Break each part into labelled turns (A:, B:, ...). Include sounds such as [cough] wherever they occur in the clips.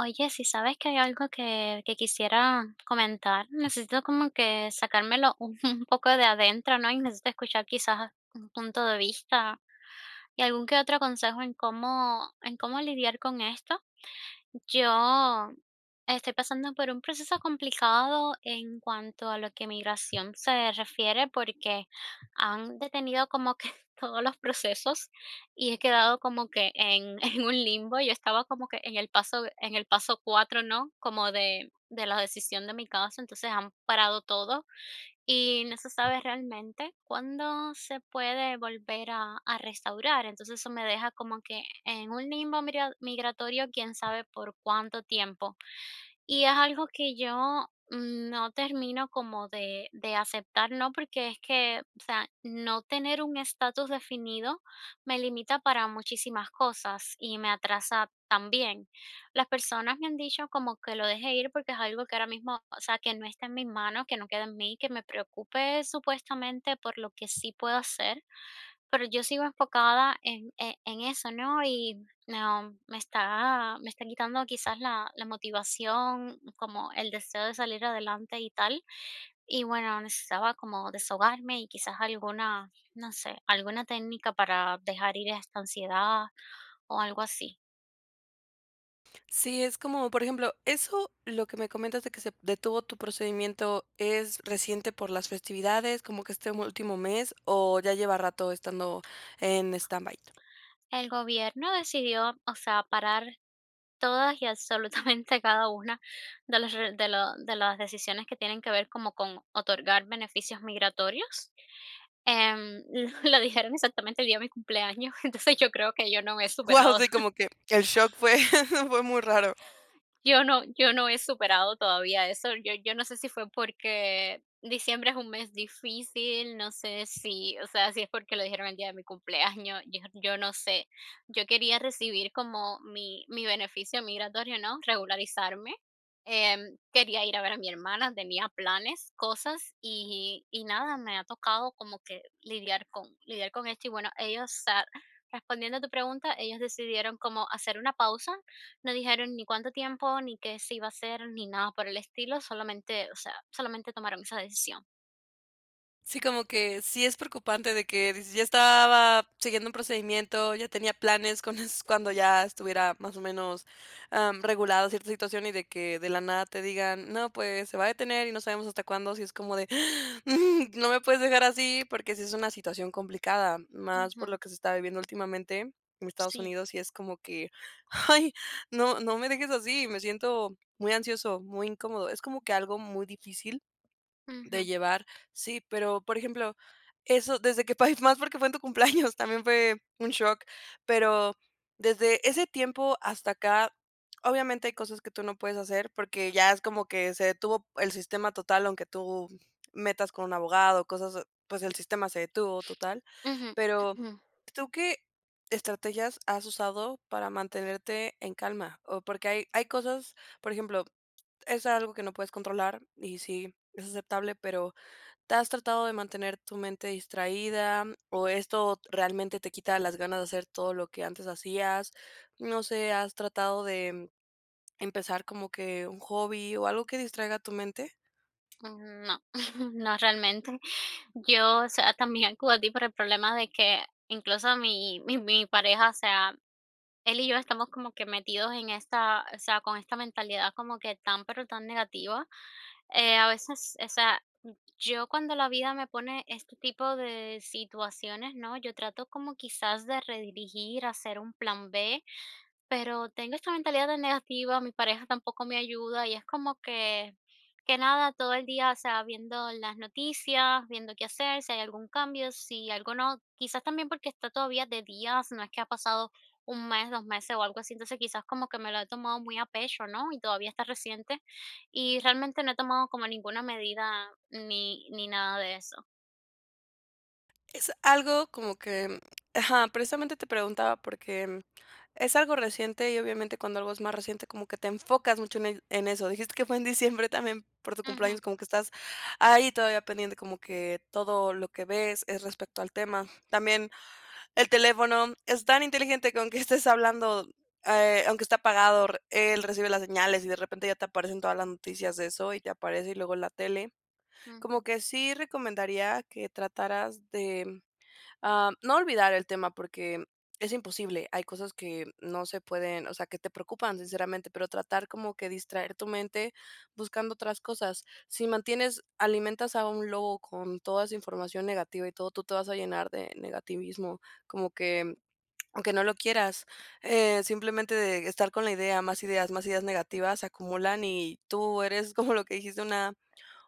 A: Oye, si sabes que hay algo que quisiera comentar, necesito como que sacármelo [laughs] un poco de adentro, ¿no? Y necesito escuchar quizás un punto de vista y algún que otro consejo en en cómo lidiar con esto. Yo estoy pasando por un proceso complicado en cuanto a lo que migración se refiere, porque han detenido como que [laughs] todos los procesos y he quedado como que [laughs] en un limbo. Yo estaba como que en el en el paso cuatro, ¿no? Como de la decisión de mi caso, entonces han parado todo y no se sabe realmente cuándo se puede volver a restaurar. Entonces eso me deja como que en un limbo migratorio, quién sabe por cuánto tiempo. Y es algo que yo no termino como de aceptar, ¿no? Porque es que, o sea, no tener un estatus definido me limita para muchísimas cosas y me atrasa también. Las personas me han dicho como que lo deje ir porque es algo que ahora mismo, o sea, que no está en mis manos, que no queda en mí, que me preocupe supuestamente por lo que sí puedo hacer, pero yo sigo enfocada en en eso, ¿no? Y no, me está quitando quizás la motivación, como el deseo de salir adelante y tal. Y bueno, necesitaba como desahogarme y quizás alguna, no sé, alguna técnica para dejar ir esta ansiedad o algo así.
B: Sí, es como, por ejemplo, eso, lo que me comentas de que se detuvo tu procedimiento, ¿es reciente por las festividades, como que este último mes, o ya lleva rato estando en stand-by?
A: El gobierno decidió, o sea, parar todas y absolutamente [laughs] cada una de las de las decisiones que tienen que ver como con otorgar beneficios migratorios. Em, [laughs] lo dijeron exactamente el día de mi cumpleaños, [laughs] entonces yo creo que yo no me he
B: Guau,
A: superado.
B: sí, como que el shock fue [laughs] fue muy raro.
A: Yo no he superado todavía eso. Yo no sé si fue porque diciembre es un mes difícil, no sé si, o sea, si es porque lo dijeron el día de mi cumpleaños, yo no sé. Yo quería recibir como mi beneficio migratorio, ¿no? Regularizarme. Quería ir a ver a mi hermana, tenía planes, cosas y nada, me ha tocado como que lidiar con esto y bueno, ellos, o sea, respondiendo a tu pregunta, ellos decidieron como hacer una pausa, no dijeron ni cuánto tiempo, ni qué se iba a hacer, ni nada por el estilo, solamente, o sea, solamente tomaron esa decisión.
B: Sí, como que sí es preocupante de que dices, ya estaba siguiendo un procedimiento, ya tenía planes con es cuando ya estuviera más o menos, regulada cierta situación y de que de la nada te digan: "No, pues se va a detener y no sabemos hasta cuándo", sí es como de, [laughs] [gasps] no me puedes dejar así, porque sí es una situación complicada, más
A: Ujú,
B: por lo que se está viviendo últimamente en Estados
A: sí.
B: Unidos, y es como que, ay, no me dejes así, me siento muy ansioso, muy incómodo. Es como que algo muy difícil de
A: Ujú,
B: llevar, sí, pero, por ejemplo, eso desde que pa [laughs] más porque fue en tu cumpleaños, también fue un shock, pero desde ese tiempo hasta acá, obviamente hay cosas que tú no puedes hacer, porque ya es como que se detuvo el sistema total, aunque tú metas con un abogado, cosas, pues el sistema se detuvo total,
A: ujú,
B: pero,
A: ujú,
B: ¿tú qué estrategias has usado para mantenerte en calma? O porque hay cosas, por ejemplo, es algo que no puedes controlar y sí, es aceptable, pero ¿te has tratado de mantener tu mente distraída o esto realmente te quita las ganas de hacer todo lo que antes hacías? No sé, ¿has tratado de empezar como que un hobby o algo que distraiga tu mente?
A: mm, no, [laughs] no realmente. Yo, o sea, también acudo a ti por el problema de que incluso mi pareja, o sea, él y yo estamos como que metidos en esta, o sea, con esta mentalidad como que tan, pero tan negativa. A veces, o sea, yo cuando la vida me pone este tipo de situaciones, ¿no? Yo trato como quizás de redirigir, hacer un plan B, pero tengo esta mentalidad tan negativa, mi pareja tampoco me ayuda y es como que nada, todo el día, o sea, viendo las noticias, viendo qué hacer, si hay algún cambio, si algo no, quizás también porque está todavía de días, no es que ha pasado un mes, dos meses o algo así, entonces quizás como que me lo he tomado muy a pecho, ¿no? Y todavía está reciente y realmente no he tomado como ninguna medida ni nada de eso.
B: Es algo como que ajá, precisamente te preguntaba porque es algo reciente y obviamente cuando algo es más reciente como que te enfocas mucho en en eso. Dijiste que fue en diciembre también por tu cumpleaños,
A: Ujú,
B: como que estás ahí todavía pendiente, como que todo lo que ves es respecto al tema. También el teléfono es tan inteligente que aunque estés hablando, aunque está apagado, r él recibe las señales y de repente ya te aparecen todas las noticias de eso y te aparece y luego la tele. Como
A: ujú,
B: que sí recomendaría que trataras de no olvidar el tema porque es imposible. Hay cosas que no se pueden, o sea, que te preocupan, sinceramente, pero tratar como que distraer tu mente buscando otras cosas. Si mantienes, alimentas a un lobo con toda esa información negativa y todo, tú te vas a llenar de negativismo, como que aunque no lo quieras, simplemente de estar con la idea, más ideas negativas se acumulan y tú eres [laughs] como lo que dijiste,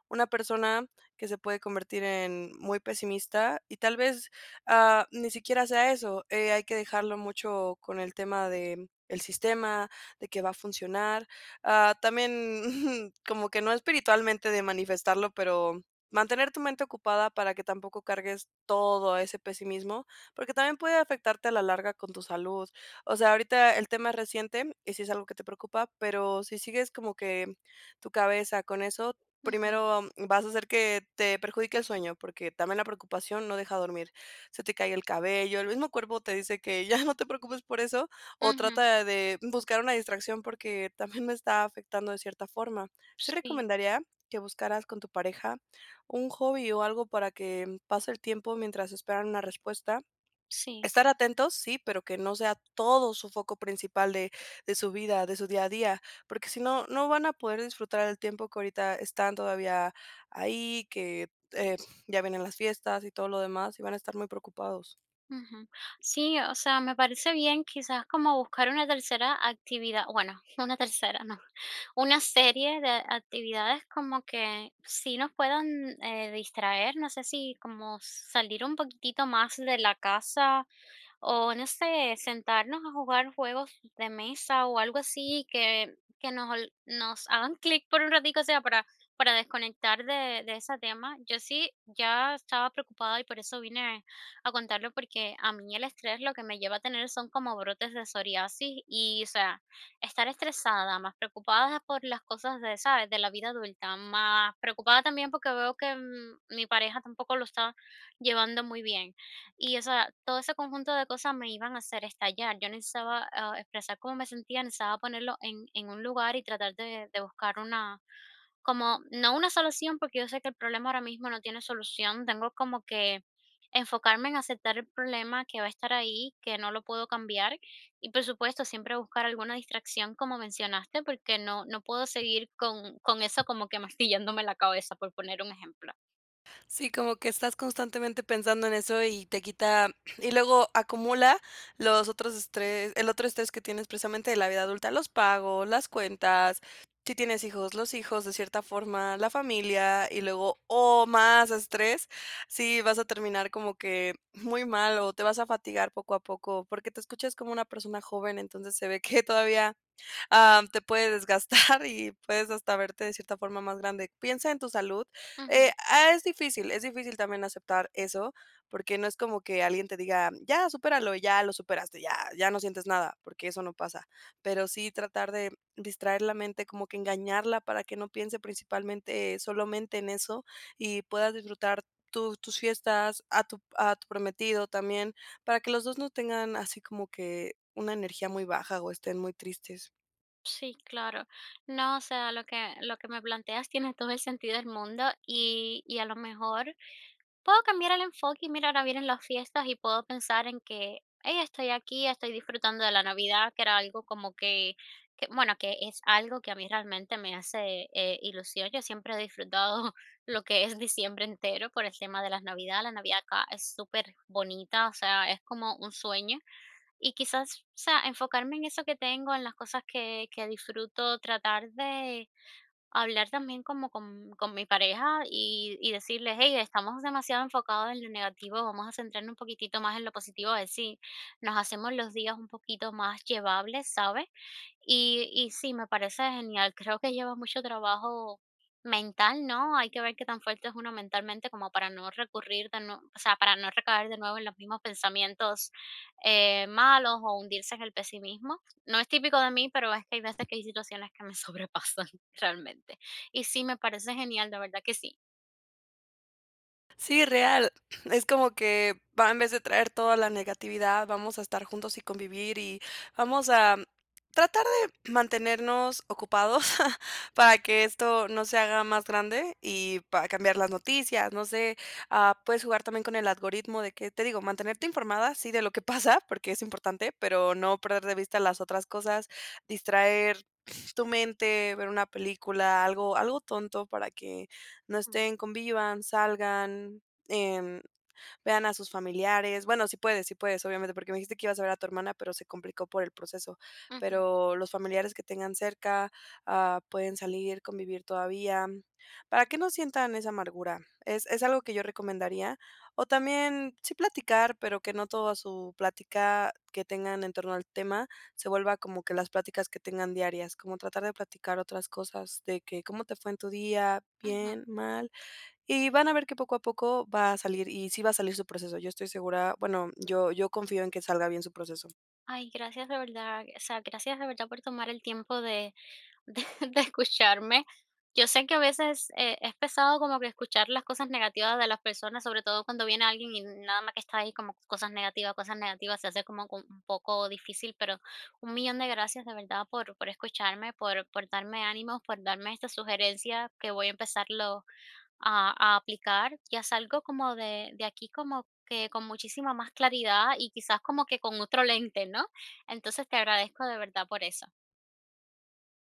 B: una persona que se puede convertir en muy pesimista y tal vez, ni siquiera sea eso, hay que dejarlo mucho con el tema de el sistema, de que va a funcionar, también [laughs] como que no espiritualmente de manifestarlo, pero mantener tu mente ocupada para que tampoco cargues todo ese pesimismo, porque también puede afectarte a la larga con tu salud. O sea, ahorita el tema es reciente y sí es algo que te preocupa, pero si sigues como que tu cabeza con eso,
A: ujú,
B: primero vas a hacer que te perjudique el sueño, porque también la preocupación no deja dormir. Se te cae el cabello, el mismo cuerpo te dice que ya [laughs] no te preocupes por eso, o
A: ujú.
B: trata de buscar una distracción porque también me está afectando de cierta forma. Sí
A: Sí,
B: recomendaría que buscaras con tu pareja un hobby o algo para que pase el tiempo mientras esperan una respuesta.
A: sí.
B: Estar atentos, sí, pero que no sea todo su foco principal de su vida, de su día a día, porque si no, no van a poder disfrutar el tiempo que ahorita están todavía ahí, que, ya vienen las fiestas y todo lo demás, y van a estar muy preocupados.
A: Ujú. Sí, o sea, me parece bien quizás como buscar una tercera actividad, bueno, [laughs] una tercera, no, una serie de actividades como que sí nos puedan distraer, no sé si como salir un poquitito más de la casa, o no sé, sentarnos a jugar juegos de mesa o algo así que nos ol nos hagan clic por un ratico, o sea, para desconectar de ese tema. Yo sí ya estaba preocupada y por eso vine a contarlo, porque a mí el estrés lo que me lleva a tener son como brotes de psoriasis y, o sea, estar estresada, más preocupada por las cosas de, ¿sabes?, de la vida adulta, más preocupada también porque veo que, mm, mi pareja tampoco lo está llevando muy bien. Y, o sea, todo ese conjunto de cosas me iban a hacer estallar. Yo necesitaba, ah, expresar cómo me sentía, necesitaba ponerlo en un lugar y tratar de buscar una, como no una solución, porque yo sé que el problema ahora mismo no tiene solución. Tengo como que enfocarme en aceptar el problema que va a estar ahí, que no lo puedo cambiar. Y, por supuesto, siempre buscar alguna distracción, como mencionaste, porque no puedo seguir con eso como que mastillándome la cabeza, por poner un ejemplo.
B: Sí, como que estás constantemente pensando en eso y te quita [clears throat] y luego acumula los otros estrés el otro estrés que tienes precisamente de la vida adulta, los pagos, las cuentas, si tienes hijos, los hijos, de cierta forma, la familia, y luego, oh, más estrés, sí vas a terminar como que muy mal o te vas a fatigar poco a poco, porque te escuchas como una persona joven, entonces se ve que todavía te puede desgastar y puedes hasta verte de cierta forma más grande. Piensa en tu salud. Es difícil también aceptar eso, porque no es como que alguien te diga, ya, supéralo, ya lo superaste, ya, ya no sientes nada, porque eso no pasa. Pero sí tratar de distraer la mente, como que engañarla para que no piense principalmente, solamente en eso y puedas disfrutar tus fiestas, a tu prometido también, para que los dos no tengan así como que una energía muy baja o estén muy tristes.
A: Sí, claro. No, o sea, lo que me planteas tiene todo el sentido del mundo y a lo mejor puedo cambiar el enfoque y mira, ahora vienen las fiestas y puedo pensar en que, hey, estoy aquí, estoy disfrutando de la Navidad, que era algo como que bueno, que es algo que a mí realmente me hace ilusión. Yo siempre he disfrutado [laughs] lo que es diciembre entero por el tema de las Navidades. La Navidad acá es súper bonita, o sea, es como un sueño y quizás, o sea, enfocarme en eso que tengo, en las cosas que disfruto, tratar de hablar también como con mi pareja y decirles: "Hey, estamos demasiado enfocados en lo negativo, vamos a centrarnos un poquitito más en lo positivo", a ver si nos hacemos los días un poquito más llevables, ¿sabes? Y sí, me parece genial. Creo que lleva mucho trabajo mental, ¿no? Hay que ver qué tan fuerte es uno mentalmente como para no recurrir de nue o sea, para no recaer de nuevo en los mismos pensamientos, malos o hundirse en el pesimismo. No es típico de mí, pero es que hay veces que hay situaciones que me sobrepasan [laughs] realmente. Y sí, me parece genial, de verdad que sí.
B: Sí, real. [clears throat] Es como que va en vez de traer toda la negatividad, vamos a estar juntos y convivir y vamos a tratar de mantenernos ocupados [laughs] para que esto no se haga más grande y para cambiar las noticias. No sé, puedes jugar también con el algoritmo de que, te digo, mantenerte informada, sí, de lo que [laughs] pasa, porque es importante, pero no perder de vista las otras cosas, distraer [clears throat] tu mente, ver una película, algo, algo tonto para que no
A: Mm,
B: estén, convivan, salgan, em, vean a sus familiares. Bueno, si puedes, si puedes, obviamente, porque me dijiste que ibas a ver a tu hermana, pero se complicó por el proceso.
A: ujú,
B: Pero los familiares que tengan cerca, pueden salir, convivir todavía, para que no sientan esa amargura. Es algo que yo recomendaría. O también, sí platicar, pero que no toda su plática que tengan en torno al tema se vuelva como que las pláticas que tengan diarias, como tratar de platicar otras cosas, de que cómo te fue en tu día,
A: ujú.
B: bien, mal. Y van a ver que poco a poco va a salir, y sí va a salir su proceso. Yo estoy segura, bueno, yo confío en que salga bien su proceso.
A: Ay, gracias de verdad, o sea, gracias de verdad por tomar el tiempo de, [laughs] de escucharme. Yo sé que a veces es pesado como que escuchar las cosas negativas de las personas, sobre todo cuando viene alguien y nada más que está ahí como cosas negativas, se hace como un poco difícil, pero un millón de gracias de verdad por escucharme, por darme ánimos, por darme esta sugerencia que voy a empezarlo a aplicar. Ya salgo como de aquí como que con muchísima más claridad y quizás como que con otro lente, ¿no? Entonces te agradezco de verdad por eso.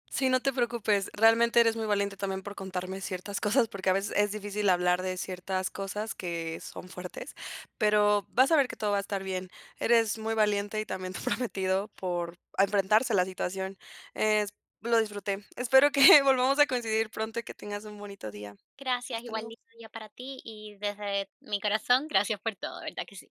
B: Sí, no te preocupes, realmente eres muy valiente también por contarme ciertas cosas, porque a veces es difícil hablar de ciertas cosas que son fuertes, pero vas a ver que todo va a estar bien. Eres muy valiente y también [laughs] comprometido por enfrentarse a la situación. Es lo disfruté. Espero que [laughs] volvamos a coincidir pronto y que tengas un bonito día.
A: Gracias,
B: Hasta
A: igual
B: luego.
A: lindo día para ti y desde mi corazón, gracias por todo, ¿verdad que sí?